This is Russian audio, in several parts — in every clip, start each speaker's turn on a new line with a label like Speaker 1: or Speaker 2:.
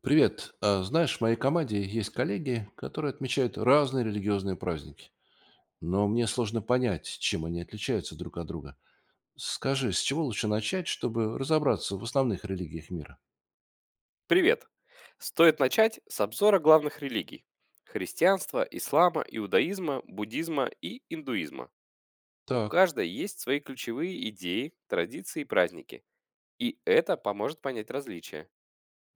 Speaker 1: Привет. Знаешь, в моей команде есть коллеги, которые отмечают разные религиозные праздники. Но мне сложно понять, чем они отличаются друг от друга. Скажи, с чего лучше начать, чтобы разобраться в основных религиях мира?
Speaker 2: Привет! Стоит начать с обзора главных религий – христианства, ислама, иудаизма, буддизма и индуизма. У
Speaker 1: Так.
Speaker 2: каждой есть свои ключевые идеи, традиции и праздники. И это поможет понять различия.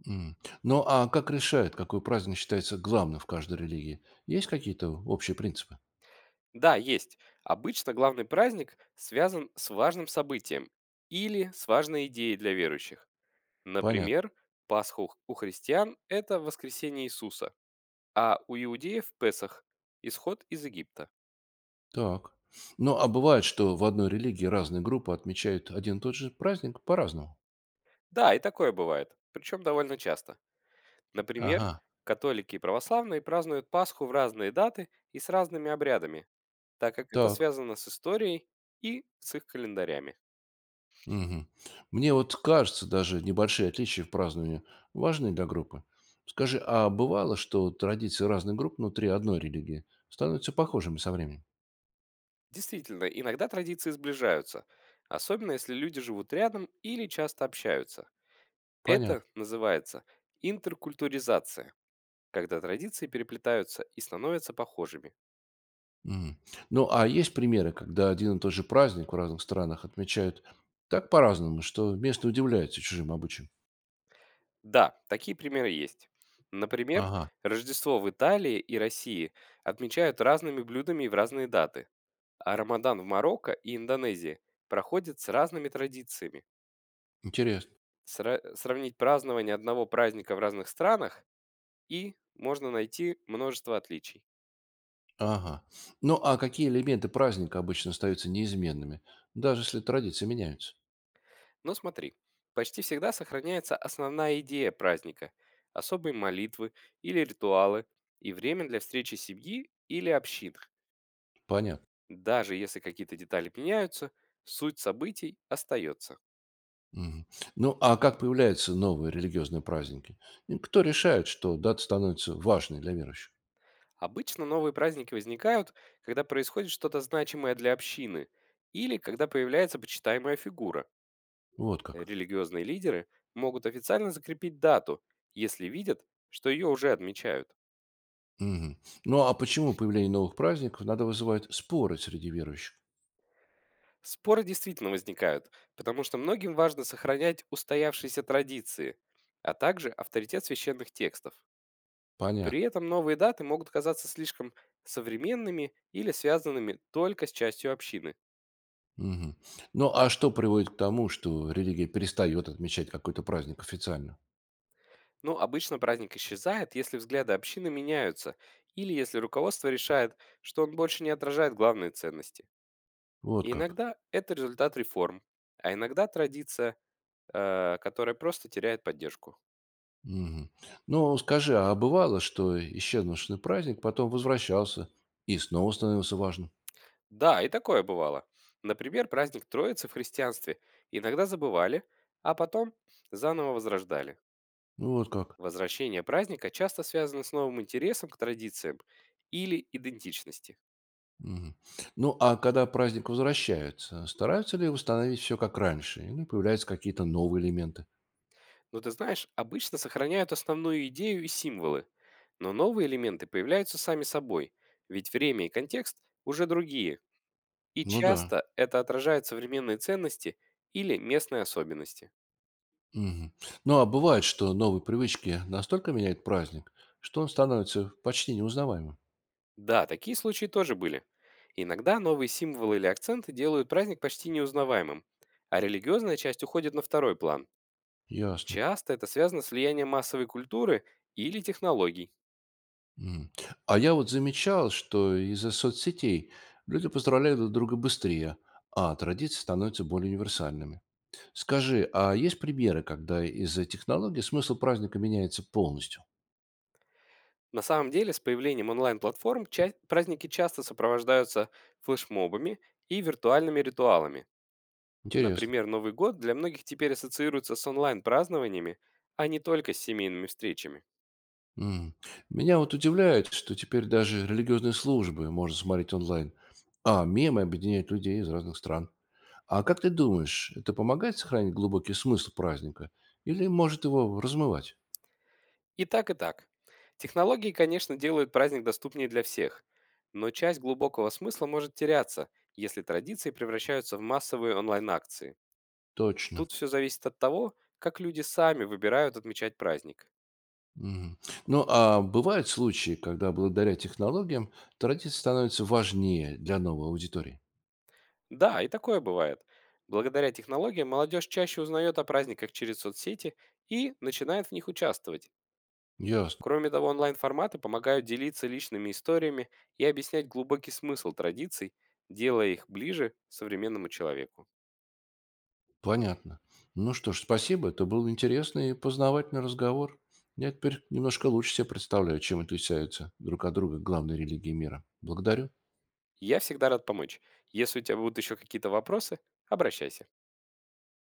Speaker 1: М. Ну а как решают, какой праздник считается главным в каждой религии? Есть какие-то общие принципы?
Speaker 2: Да, есть. Обычно главный праздник связан с важным событием или с важной идеей для верующих.
Speaker 1: Понятно.
Speaker 2: Например, Пасху у христиан – это воскресение Иисуса, а у иудеев – Песах – исход из Египта.
Speaker 1: Так. Ну а бывает, что в одной религии разные группы отмечают один и тот же праздник по-разному?
Speaker 2: Да, и такое бывает, причем довольно часто. Например,
Speaker 1: Ага.
Speaker 2: католики и православные празднуют Пасху в разные даты и с разными обрядами, так как это
Speaker 1: Так.
Speaker 2: связано с историей и с их календарями.
Speaker 1: Мгм. Мне вот кажется, даже небольшие отличия в праздновании важны для группы. Скажи, а бывало, что традиции разных групп внутри одной религии становятся похожими со временем?
Speaker 2: Действительно, иногда традиции сближаются, особенно если люди живут рядом или часто общаются. Это
Speaker 1: Понятно.
Speaker 2: называется интеркультуризация, когда традиции переплетаются и становятся похожими.
Speaker 1: Мгм. Ну, а есть примеры, когда один и тот же праздник в разных странах отмечают так по-разному, что местные удивляются чужим обычаям?
Speaker 2: Да, такие примеры есть. Например,
Speaker 1: Ага,
Speaker 2: Рождество в Италии и России отмечают разными блюдами в разные даты, а Рамадан в Марокко и Индонезии проходит с разными традициями.
Speaker 1: интересно.
Speaker 2: Сравнить празднование одного праздника в разных странах и можно найти множество отличий.
Speaker 1: Ага. Ну, а какие элементы праздника обычно остаются неизменными, даже если традиции меняются?
Speaker 2: Но смотри, почти всегда сохраняется основная идея праздника, особые молитвы или ритуалы и время для встречи семьи или общин.
Speaker 1: Понятно.
Speaker 2: Даже если какие-то детали меняются, суть событий остается.
Speaker 1: Мгм. Ну, а как появляются новые религиозные праздники? И кто решает, что дата становится важной для верующих?
Speaker 2: Обычно новые праздники возникают, когда происходит что-то значимое для общины или когда появляется почитаемая фигура.
Speaker 1: Вот как.
Speaker 2: Религиозные лидеры могут официально закрепить дату, если видят, что ее уже отмечают.
Speaker 1: Мгм. Ну, а почему появление новых праздников надо вызывать споры среди верующих?
Speaker 2: Споры действительно возникают, потому что многим важно сохранять устоявшиеся традиции, а также авторитет священных текстов. При
Speaker 1: Понятно.
Speaker 2: этом новые даты могут казаться слишком современными или связанными только с частью общины.
Speaker 1: Мгм. Ну, а что приводит к тому, что религия перестает отмечать какой-то праздник официально?
Speaker 2: Но обычно праздник исчезает, если взгляды общины меняются или если руководство решает, что он больше не отражает главные ценности.
Speaker 1: Вот
Speaker 2: И
Speaker 1: как.
Speaker 2: иногда это результат реформ, а иногда традиция, которая просто теряет поддержку.
Speaker 1: Мгм. Ну, скажи, а бывало, что исчезнувший праздник потом возвращался и снова становился важным?
Speaker 2: Да, и такое бывало. Например, праздник Троицы в христианстве иногда забывали, а потом заново возрождали.
Speaker 1: Ну, вот как.
Speaker 2: Возвращение праздника часто связано с новым интересом к традициям или идентичности.
Speaker 1: Мгм. Ну, а когда праздник возвращается, стараются ли восстановить все как раньше? Или появляются какие-то новые элементы?
Speaker 2: Но ты знаешь, обычно сохраняют основную идею и символы, но новые элементы появляются сами собой, ведь время и контекст уже другие, и
Speaker 1: Ну да.
Speaker 2: часто это отражает современные ценности или местные особенности.
Speaker 1: Мгм. Ну, а бывает, что новые привычки настолько меняют праздник, что он становится почти неузнаваемым.
Speaker 2: Да, такие случаи тоже были. Иногда новые символы или акценты делают праздник почти неузнаваемым, а религиозная часть уходит на второй план.
Speaker 1: Ясно.
Speaker 2: Часто это связано с влиянием массовой культуры или технологий.
Speaker 1: Мгм. А я вот замечал, что из-за соцсетей люди поздравляют друг друга быстрее, а традиции становятся более универсальными. Скажи, а есть примеры, когда из-за технологий смысл праздника меняется полностью?
Speaker 2: На самом деле, с появлением онлайн-платформ праздники часто сопровождаются флешмобами и виртуальными ритуалами.
Speaker 1: Интересно.
Speaker 2: Например, Новый год для многих теперь ассоциируется с онлайн-празднованиями, а не только с семейными встречами.
Speaker 1: М. Меня вот удивляет, что теперь даже религиозные службы можно смотреть онлайн, а мемы объединяют людей из разных стран. А как ты думаешь, это помогает сохранить глубокий смысл праздника или может его размывать?
Speaker 2: И так, и так. Технологии, конечно, делают праздник доступнее для всех, но часть глубокого смысла может теряться, если традиции превращаются в массовые онлайн-акции.
Speaker 1: Точно.
Speaker 2: Тут все зависит от того, как люди сами выбирают отмечать праздник.
Speaker 1: Мгм. Ну, а бывают случаи, когда благодаря технологиям традиция становится важнее для новой аудитории?
Speaker 2: Да, и такое бывает. Благодаря технологиям молодежь чаще узнает о праздниках через соцсети и начинает в них участвовать.
Speaker 1: Ясно.
Speaker 2: Кроме того, онлайн-форматы помогают делиться личными историями и объяснять глубокий смысл традиций, делая их ближе современному человеку.
Speaker 1: Понятно. Ну что ж, спасибо. Это был интересный и познавательный разговор. Я теперь немножко лучше себе представляю, чем отличаются друг от друга главные религии мира. Благодарю.
Speaker 2: Я всегда рад помочь. Если у тебя будут еще какие-то вопросы, обращайся.